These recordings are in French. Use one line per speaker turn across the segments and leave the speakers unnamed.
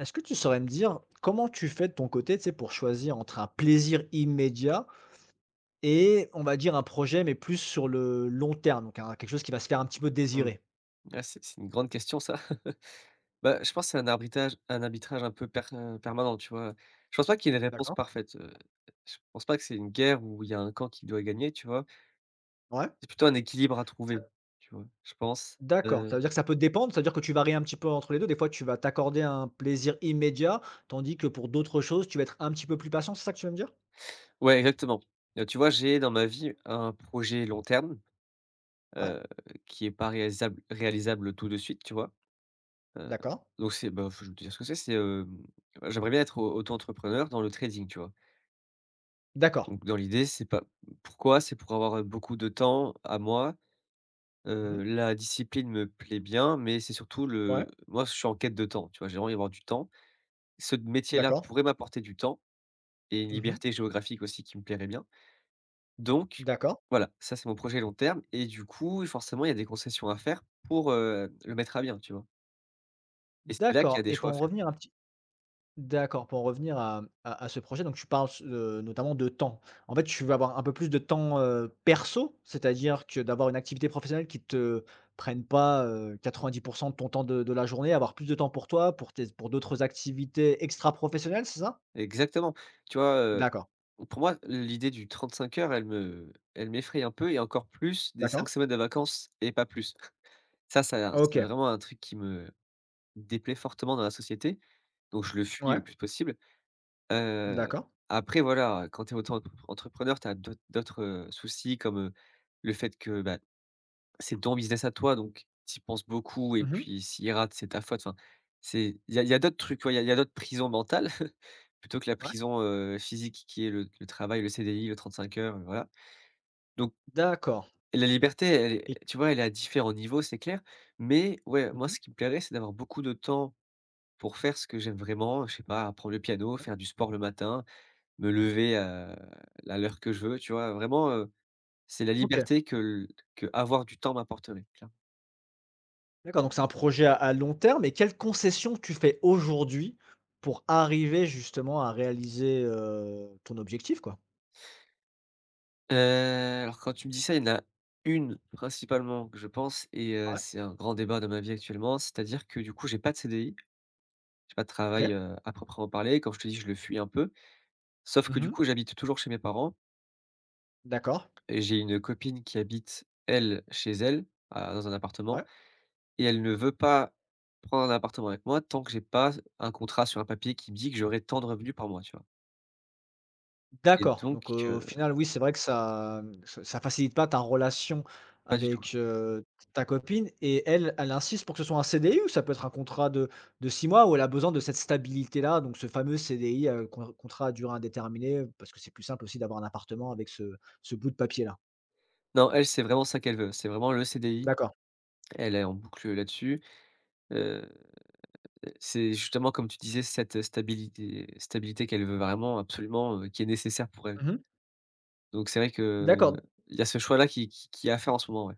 Est-ce que tu saurais me dire comment tu fais de ton côté, tu sais, pour choisir entre un plaisir immédiat et on va dire un projet, mais plus sur le long terme, donc un quelque chose qui va se faire un petit peu
Mmh.
désirer?
Ah, c'est une grande question ça. Bah, je pense que c'est un arbitrage un peu permanent, tu vois? Je pense pas qu'il y ait une réponse
D'accord,
parfaite. Je pense pas que c'est une guerre où il y a un camp qui doit gagner, tu vois?
ouais.
C'est plutôt un équilibre à
Ça
trouver, tu vois? Je pense,
D'accord, ça
heu
veut dire que ça peut dépendre, ça veut dire que tu varies un petit peu entre les 2. Des fois, tu vas t'accorder un plaisir immédiat, tandis que pour d'autres choses, tu vas être un petit peu plus patient, c'est ça que tu veux me dire?
ouais, exactement. Tu vois, j'ai dans ma vie un projet long terme,
Ouais,
heu, qui est pas réalisable tout de suite, tu vois? Heu,
d'accord.
donc c'est bah, faut je vais te dire ce que c'est, j'aimerais bien être au auto-entrepreneur dans le trading, tu vois?
D'accord.
Donc dans l'idée, c'est pas pourquoi? C'est pour avoir, beaucoup de temps à moi.
Mmh.
La discipline me plaît bien, mais c'est surtout le
Ouais,
moi, je suis en quête de temps, tu vois? J'ai envie d'avoir du temps. Ce métier-là
d'accord.
pourrait m'apporter du temps et une
Mmh.
liberté géographique aussi qui me plairait bien. Donc
D'accord.
voilà, ça, c'est mon projet long terme et du coup, forcément, il y a des concessions à faire pour, le mettre à bien, tu vois? Et c'est là qu'il y a
D'accord
des
et
choix à
pour en
faire.
revenir un petit. D'accord, pour en revenir à ce projet, donc tu parles s notamment de temps. En fait, tu veux avoir un peu plus de temps, perso, c'est-à-dire que d'avoir une activité professionnelle qui te prenne pas, quatre 90 de ton temps de la journée, avoir plus de temps pour toi, pour d'autres activités extra-professionnelles, c'est ça?
Exactement. Tu vois,
D'accord,
pour moi, l'idée du 35 heures, elle m'effraie un peu et encore plus des 5
d'accord.
semaines de vacances et pas plus. Ça c'est
OK,
vraiment un truc qui me déplaît fortement dans la société, donc je le fuis
ouais,
le plus possible. Heu,
d'accord.
Après voilà, quand tu es auto-entrepreneur, tu as soucis comme, le fait que, bah, c'est ton business à toi, donc tu y penses beaucoup et
Mmh.
puis s'il rate, c'est ta faute. Enfin, c'est il y a d'autres trucs, quoi, il y a d'autres prisons mentales plutôt que la
Ouais,
prison, physique qui est le travail, le CDI, le 35 heures, voilà. Donc
d'accord
la liberté, elle
et
est tu vois, elle est à différents niveaux, c'est clair, mais ouais, moi
mmh,
ce qui me plairait, c'est d'avoir beaucoup de temps. Pour faire ce que j'aime vraiment, je sais pas, apprendre le piano,
ouais,
faire du sport le matin, me lever, à l'heure que je veux, tu vois? Vraiment, c'est la
OK.
liberté que avoir du temps m'apporterait, clairement.
D'accord, donc c'est un projet à long terme et quelles concessions tu fais aujourd'hui pour arriver justement à réaliser, ton objectif, quoi?
Heu, alors quand tu me dis ça, il y en a une principalement que je pense et
Ouais.
c'est un grand débat dans ma vie actuellement, c'est-à-dire que du coup, j'ai pas de CDI, j'ai pas de travail,
OK.
à proprement parler. Comme je te dis, je le fuis un peu, sauf que du
Mmh.
coup, j'habite toujours chez mes parents
D'accord.
et j'ai une copine qui habite, elle, chez elle, à dans un appartement.
Ouais.
Et elle ne veut pas prendre un appartement avec moi tant que j'ai pas un contrat sur un papier qui me dit que j'aurai tant de revenus par mois, tu vois? Et
D'accord,
donc,
donc au
heu,
final, oui, c'est vrai que ça, ça facilite pas ta relation
pas du tout.
avec, ta copine et elle, elle insiste pour que ce soit un CDI ou ça peut être un contrat de 6 mois où elle a besoin de cette stabilité-là, donc ce fameux CDI, contrat à durée indéterminée, parce que c'est plus simple aussi d'avoir un appartement avec ce bout de papier-là?
Non, elle, c'est vraiment ça qu'elle veut. C'est vraiment le CDI.
D'accord.
Elle est en boucle, là-dessus. Heu, c'est justement comme tu disais cette, stabilité qu'elle veut vraiment absolument, qui est nécessaire pour elle, quoi.
Mmh.
Donc c'est vrai que,
D'accord.
il y a ce choix-là qui est à faire en ce moment, ouais.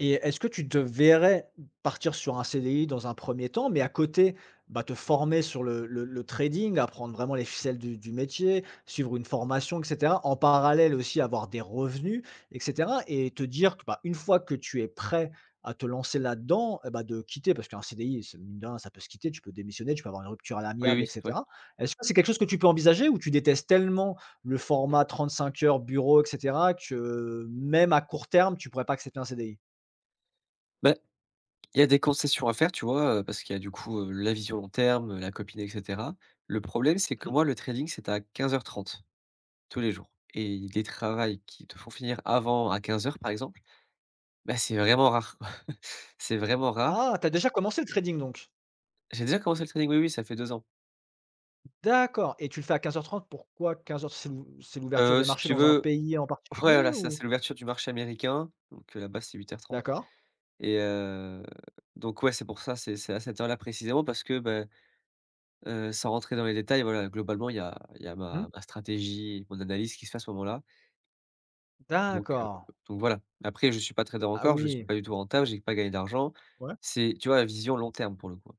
Et est-ce que tu te verrais partir sur un CDI dans un premier temps, mais à côté, bah, te former sur le trading, apprendre vraiment les ficelles du métier, suivre une formation et cetera, en parallèle aussi avoir des revenus et cetera et te dire que, bah, une fois que tu es prêt à te lancer là-dedans et bah, de quitter parce qu'un CDI, c'est mine de rien, ça peut se quitter, tu peux démissionner, tu peux avoir une rupture à
Oui,
l'amiable
oui,
et
c'est vrai.
cetera. Est-ce que c'est quelque chose que tu peux envisager ou tu détestes tellement le format 35 heures bureau et cetera que, même à court terme, tu pourrais pas accepter un CDI?
Bah, il y a des concessions à faire, tu vois? Parce qu'il y a du coup, la vision long terme, la copine et cetera. Le problème, c'est que
Mmh.
moi, le trading, c'est à 15:30 tous les jours et des travails qui te font finir avant à 15:00 par exemple, bah, c'est vraiment rare, quoi. C'est vraiment rare.
Ah, t'as déjà commencé le trading donc?
J'ai déjà commencé le trading, oui, oui, ça fait 2 ans.
D'accord et tu le fais à 15h30, pourquoi 15:00? C'est l'ouverture des
Si
marchés
tu
dans un
veux
pays en
ouais, voilà,
particulier
ça, c'est
ou?
l'ouverture du marché américain, donc là-bas, c'est 08:30.
D'accord.
Et donc ouais, c'est pour ça, c'est à cette heure-là précisément parce que, bah, sans rentrer dans les détails, voilà, globalement, il y a
Mmh.
ma stratégie, mon analyse qui se fait à ce moment-là. Donc heu,
D'accord.
donc voilà. Après, je suis pas trader
Ah
encore, je suis
oui.
pas du tout rentable, j'ai pas gagné d'argent.
Ouais.
C'est, tu vois, vision long terme pour le coup.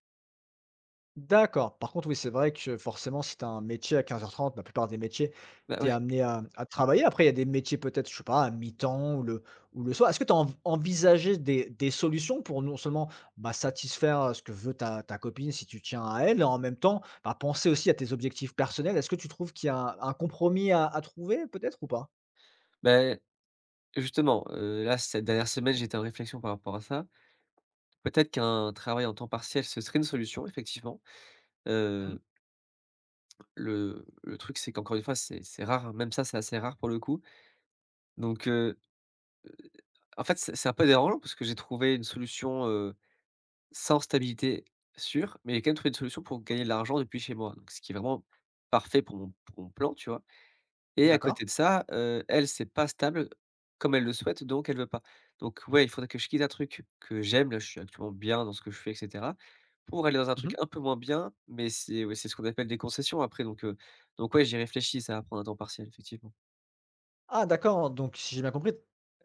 D'accord. Par contre, oui, c'est vrai que forcément, si tu as un métier à 15h30, la plupart des métiers,
Bah
tu es
ouais,
amené à travailler. Après, il y a des métiers peut-être, je sais pas, à mi-temps ou le soir. Est-ce que tu as envisagé des solutions pour non seulement, bah, satisfaire, ce que veut ta copine si tu tiens à elle et en même temps, bah, penser aussi à tes objectifs personnels? Est-ce que tu trouves qu'il y a un compromis à trouver peut-être ou pas?
bah, justement, là, cette dernière semaine, j'étais en réflexion par rapport à ça. Peut-être qu'un travail en temps partiel, ce serait une solution effectivement.
Mmh.
Heu, le truc, c'est qu'encore une fois, c'est rare, hein, même ça, c'est assez rare pour le coup. Donc en fait, c'est un peu dérangeant parce que j'ai trouvé une solution, sans stabilité sûre, mais j'ai quand même trouvé une solution pour gagner de l'argent depuis chez moi, donc ce qui est vraiment parfait pour mon plan, tu vois? Et à côté
D'accord.
de ça, elle, c'est pas stable comme elle le souhaite, donc elle veut pas. Donc ouais, il faudrait que je quitte un truc que j'aime, là, je suis actuellement bien dans ce que je fais et cetera, pour aller dans un truc
Mmh.
un peu moins bien, mais c'est ouais, c'est ce qu'on appelle des concessions après donc ouais, j'y réfléchis, ça va prendre un temps partiel, effectivement.
Ah d'accord, donc si j'ai bien compris,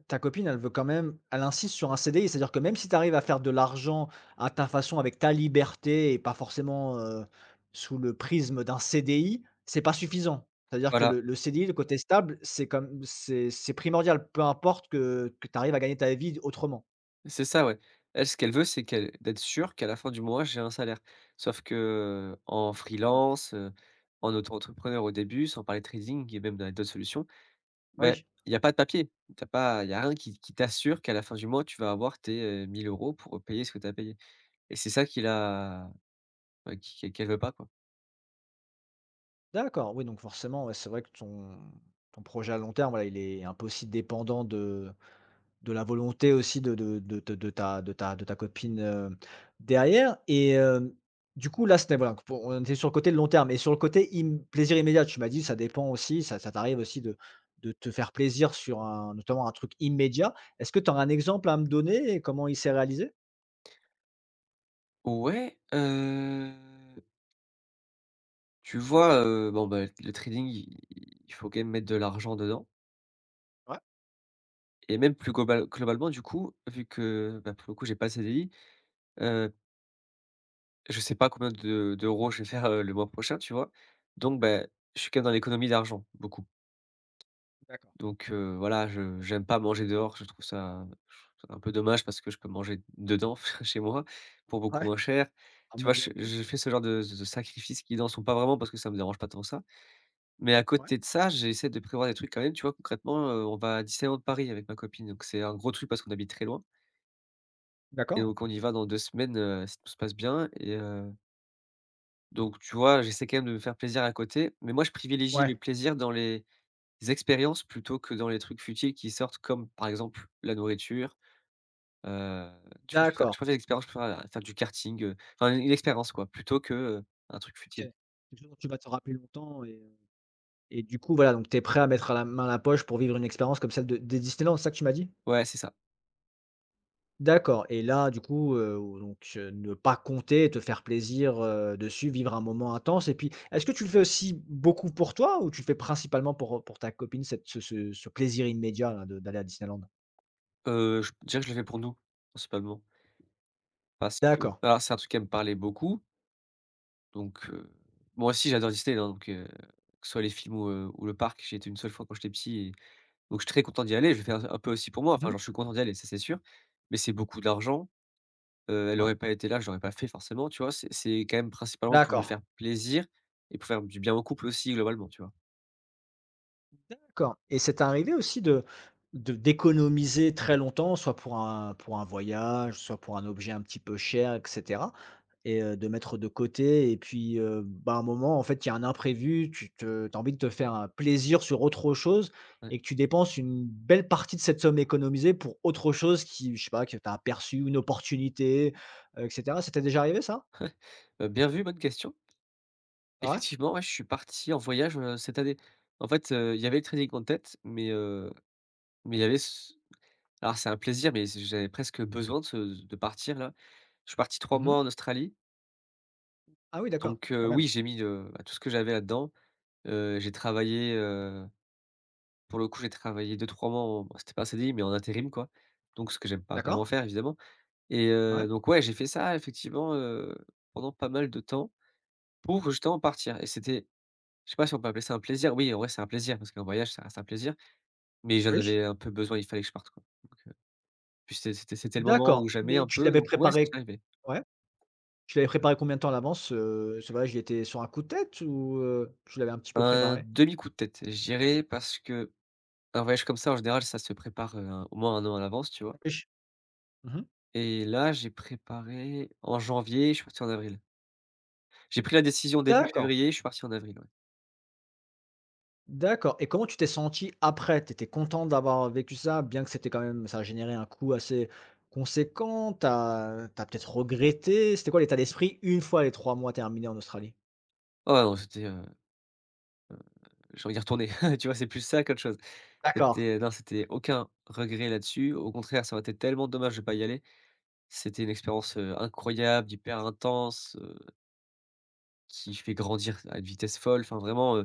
ta copine, elle veut quand même elle insiste sur un CDI, c'est-à-dire que même si tu arrives à faire de l'argent à ta façon avec ta liberté et pas forcément, sous le prisme d'un CDI, c'est pas suffisant? C'est-à-dire que
Voilà.
le CDI, le côté stable, c'est primordial, peu importe que tu arrives à gagner ta vie autrement?
C'est ça, ouais. Elle, ce qu'elle veut, c'est qu'elle d'être sûre qu'à la fin du mois, j'ai un salaire. Sauf que en
Mmh.
freelance, en auto-entrepreneur au début, sans parler de trading et même dans d'autres solutions, ben
Oui,
il y a pas de papier. T'as pas Il y a rien qui t'assure qu'à la fin du mois, tu vas avoir tes, 1000 € pour payer ce que tu as payé et c'est ça qu'il a, bah, qui qu'elle veut pas, quoi.
d'accord, oui, donc forcément, ouais, c'est vrai que ton projet à long terme, voilà, il est un peu aussi dépendant de la volonté aussi de ta de ta copine, derrière et du coup là, c'était voilà, pour on était sur le côté de long terme et sur le côté im plaisir immédiat, tu m'as dit: «Ça dépend aussi, ça t'arrive aussi de te faire plaisir sur un notamment un truc immédiat». Est-ce que tu aurais un exemple à me donner et comment il s'est réalisé?
Ouais, tu vois, bon, bah, le trading, il faut quand même mettre de l'argent dedans
Ouais,
et même plus globalement, du coup, vu que, bah, pour le coup, j'ai pas de CDI. Heu, je sais pas combien de d'euros je vais faire, le mois prochain, tu vois? Donc ben, je suis quand même dans l'économie d'argent, beaucoup.
d'accord.
Donc voilà, je j'aime pas manger dehors, je trouve ça un peu dommage parce que je peux manger dedans, chez moi, pour beaucoup
Ouais.
moins cher.
Un
Tu vois?
moment
Je
fou,
je fais ce genre de sacrifices qui n'en sont pas vraiment parce que ça me dérange pas tant que ça. Mais à
ouais.
côté de ça, j'essaie de prévoir des trucs quand même, tu vois? Concrètement, on va à Disneyland Paris avec ma copine, donc c'est un gros truc parce qu'on habite très loin et
D'accord.
donc on y va dans 2 semaines, si tout se passe bien et donc tu vois, j'essaie quand même de me faire plaisir à côté, mais moi je privilégie
Ouais,
le plaisir dans les expériences plutôt que dans les trucs futiles qui sortent comme, par exemple, la nourriture, heu, tu vois? Je préfère
d'accord.
je préfère l'expérience, je préfère faire du karting, enfin une expérience quoi, plutôt que, un truc
OK.
futile.
Quelque chose dont tu vas te rappeler longtemps et du coup, voilà, donc tu es prêt à mettre la main à la poche pour vivre une expérience comme celle de des Disneyland, c'est ça que tu m'as dit?
Ouais, c'est ça.
D'accord et là, du coup, donc ne pas compter, te faire plaisir, dessus, vivre un moment intense et puis, est-ce que tu le fais aussi beaucoup pour toi ou tu le fais principalement pour ta copine, cette ce ce ce plaisir immédiat là de d'aller à Disneyland?
Je dirais que je le fais pour nous, principalement, parce que
D'accord.
alors c'est un truc qui me parlait beaucoup, donc moi aussi j'adore Disney, hein, donc que ce soit les films ou le parc, j'ai été une seule fois quand j'étais petit. Donc je suis très content d'y aller, je vais faire un peu aussi pour moi, enfin,
Mmh.
genre je suis content d'y aller, ça c'est sûr, mais c'est beaucoup d'argent, elle
Ouais.
aurait pas été là, je l'aurais pas fait forcément, tu vois? C'est quand même principalement pour lui
D'accord.
faire plaisir et pour faire du bien au couple aussi globalement, tu vois?
D'accord et c'est arrivé aussi de d'économiser très longtemps, soit pour un voyage, soit pour un objet un petit peu cher et cetera et de mettre de côté et puis, bah, à un moment, en fait, il y a un imprévu, tu te as envie de te faire, un plaisir sur autre chose
Ouais.
et que tu dépenses une belle partie de cette somme économisée pour autre chose qui, je sais pas, que tu as aperçu, une opportunité, et cetera. Ça déjà arrivé ça?
Bien vu, bonne question.
Ah Ouais?
Effectivement, ouais, je suis parti en voyage, cette année. En fait, il y avait le training en tête, mais il y avait ce. Alors c'est un plaisir, mais c'est j'avais presque besoin de partir là. Je suis parti trois
Mmh.
mois en Australie,
Ah oui, d'accord,
donc
quand même.
oui, j'ai mis, bah, tout ce que j'avais là-dedans. J'ai travaillé, pour le coup, j'ai travaillé deux 3 mois en bon, c'était pas un CDI, mais en intérim quoi, donc ce que j'aime pas vraiment
D'accord.
faire évidemment. Et
Ouais,
donc ouais, j'ai fait ça effectivement, pendant pas mal de temps pour justement partir et c'était je sais pas si on peut appeler ça un plaisir. Oui, en vrai, c'est un plaisir parce qu'un voyage, ça reste un plaisir, mais j'en
oui,
avais un peu besoin, il fallait que je parte quoi, donc puis c'était le moment ou
d'accord,
jamais un
mais tu
peu,
l'avais
donc ouais, c'est
préparé,
arrivé.
ouais? Tu l'avais préparé combien de temps à l'avance, ce voyage, il était sur un coup de tête ou, tu l'avais un petit peu
Un
préparé?
demi-coup de tête, je dirais, parce que un voyage comme ça, en général, ça se prépare, un au moins un an à l'avance, tu vois?
Réfléch Mmh.
Et là, j'ai préparé en janvier, je suis parti en avril. J'ai pris la décision début
D'accord,
février, je suis parti en avril, ouais.
d'accord et comment tu t'es senti après? Tu étais content d'avoir vécu ça, bien que c'était quand même ça a généré un coût assez conséquent? T'as as peut-être regretté? C'était quoi l'état d'esprit une fois les 3 mois terminés en Australie?
Ah non, c'était, j'ai envie d'y retourner, tu vois? C'est plus ça qu'autre chose.
D'accord,
C'était non, c'était aucun regret là-dessus. Au contraire, ça aurait été tellement dommage de pas y aller. C'était une expérience, incroyable, hyper intense, qui fait grandir à une vitesse folle. Enfin, vraiment,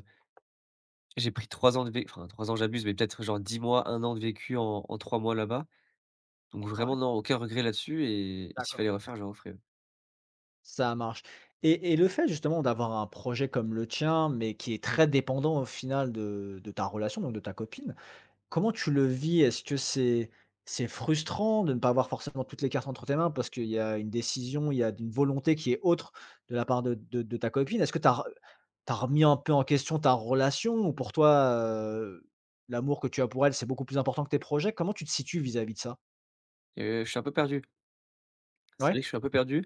j'ai pris 3 ans de vé enfin 3 ans j'abuse, mais peut-être genre 10 mois, un an de vécu en 3 mois là-bas. Donc vraiment
ouais,
non, aucun regret là-dessus et s'il
d'accord,
fallait refaire, je referais, ouais.
ça marche et le fait justement d'avoir un projet comme le tien, mais qui est très dépendant au final de ta relation, donc de ta copine. Comment tu le vis? Est-ce que c'est frustrant de ne pas avoir forcément toutes les cartes entre tes mains parce qu'il y a une décision, il y a une volonté qui est autre de la part de ta copine? Est-ce que tu as remis un peu en question ta relation ou pour toi, l'amour que tu as pour elle, c'est beaucoup plus important que tes projets? Comment tu te situes vis-à-vis de ça?
Je suis un peu perdu. C'est vrai que
Ouais?
je suis un peu perdu,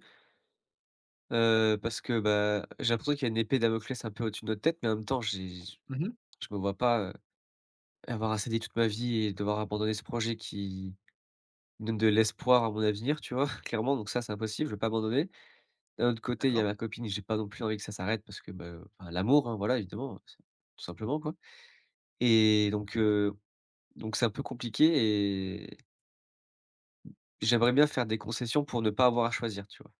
parce que, bah, j'ai l'impression qu'il y a une épée Damoclès un peu au-dessus de notre tête, mais en même temps, j'ai
Mmh.
je me vois pas, avoir à céder toute ma vie et devoir abandonner ce projet qui donne de l'espoir à mon avenir, tu vois? Clairement, donc ça, c'est impossible, je vais pas abandonner. D'un autre côté, il y a
D'accord.
ma copine, j'ai pas non plus envie que ça s'arrête parce que, bah, enfin l'amour, hein, voilà évidemment, c'est tout simplement quoi et
Mmh.
donc donc c'est un peu compliqué et j'aimerais bien faire des concessions pour ne pas avoir à choisir, tu vois?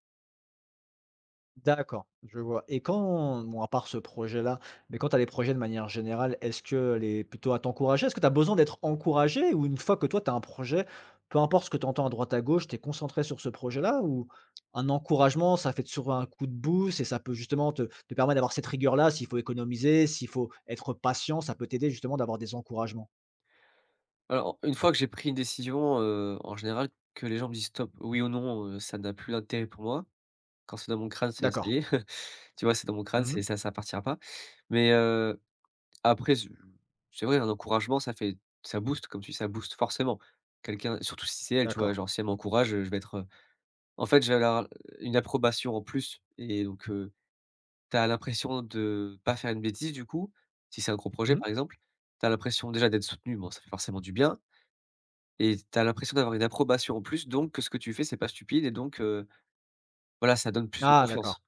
D'accord, je vois et quand bon, à part ce projet-là, mais quand tu as des projets de manière générale, est-ce que les plutôt à t'encourager? Est-ce que tu as besoin d'être encouragé ou une fois que toi tu as un projet, peu importe ce que tu entends à droite à gauche, tu es concentré sur ce projet-là? Ou un encouragement, ça fait souvent un coup de boost et ça peut justement te permettre d'avoir cette rigueur-là, s'il faut économiser, s'il faut être patient, ça peut t'aider justement d'avoir des encouragements?
Alors, une fois que j'ai pris une décision, en général, que les gens me disent: «Stop, oui ou non», ça n'a plus d'intérêt pour moi. Quand c'est dans mon crâne, c'est ça y
D'accord.
est, tu vois? C'est dans mon crâne, c'est
Mmh.
ça partira pas. Mais, après z C'est vrai, un encouragement, ça booste, comme tu dis, ça booste forcément. Quelqu'un surtout si c'est elle, tu vois?
D'accord.
Genre si elle m'encourage, je vais être, en fait, je vais avoir une approbation en plus et donc, tu as l'impression de pas faire une bêtise du coup, si c'est un gros projet
Mmh.
par exemple. Tu as l'impression déjà d'être soutenu, bon ça fait forcément du bien et tu as l'impression d'avoir une approbation en plus donc que ce que tu fais c'est pas stupide et donc voilà ça donne plus de
Ah d'accord.
confiance.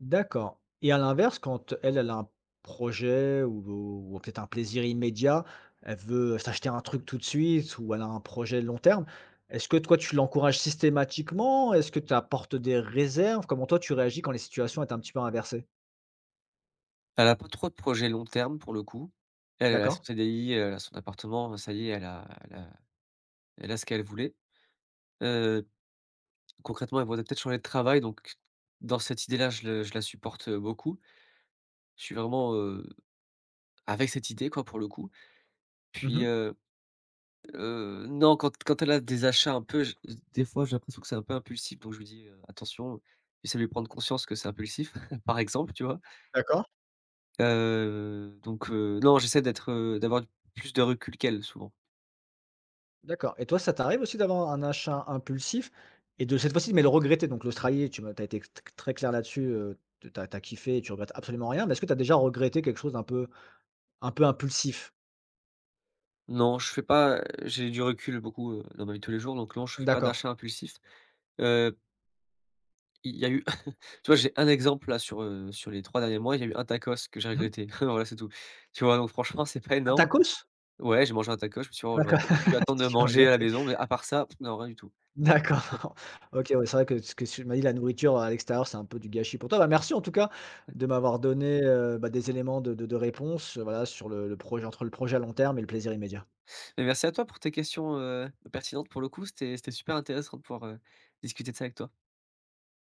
D'accord et à l'inverse, quand elle, elle a un projet ou peut-être un plaisir immédiat, elle veut s'acheter un truc tout de suite ou elle a un projet long terme, est-ce que toi, tu l'encourages systématiquement? Est-ce que tu apportes des réserves? Comment toi, tu réagis quand les situations est un petit peu inversées?
Elle a pas trop de projets long terme pour le coup. Elle, elle a son
D'accord?
CDI, elle a son appartement, ça y est, elle a elle a ce qu'elle voulait. Heu, concrètement, elle voudrait peut-être changer de travail donc dans cette idée-là, je la supporte, beaucoup. Je suis vraiment, avec cette idée quoi pour le coup. Puis,
Mmh.
heu non, quand elle a des achats un peu, j des fois, j'ai l'impression que c'est un peu impulsif, donc je lui dis: attention», j'essaie de lui prendre conscience que c'est impulsif, par exemple, tu vois?
D'accord.
Non, j'essaie d'être, d'avoir plus de recul qu'elle, souvent.
D'accord et toi, ça t'arrive aussi d'avoir un achat impulsif et de cette fois-ci, mais le regretter? Donc l'Australie, tu as été t très clair là-dessus, tu as kiffé et tu regrettes absolument rien, mais est-ce que tu as déjà regretté quelque chose d'un peu un peu impulsif?
Non, je fais pas, j'ai du recul beaucoup, dans ma vie de tous les jours, donc non, je fais pas
D'accord.
d'achats impulsifs. Heu, il y a eu tu vois, j'ai un exemple là sur, sur les 3 derniers mois, il y a eu un tacos que j'ai
Mmh.
regretté. Voilà, c'est tout. Tu vois? Donc franchement, c'est pas
Un
énorme.
tacos?
Ouais, j'ai mangé un taco, je me suis dit:
Ah
«Oh, j'aurais
d'accord,
peut-être pu attendre de
tu l'as
manger à la
regretté.
maison», mais à part ça, pff, non, rien du tout.
D'accord. OK, ouais, c'est vrai que ce que tu m'as dit, la nourriture à l'extérieur, c'est un peu du gâchis pour toi. Bah, merci en tout cas de m'avoir donné, bah, des éléments de réponse, voilà, sur le projet entre le projet à long terme et le plaisir immédiat.
Mais merci à toi pour tes questions, pertinentes pour le coup, c'était super intéressant de pouvoir, discuter de ça avec toi.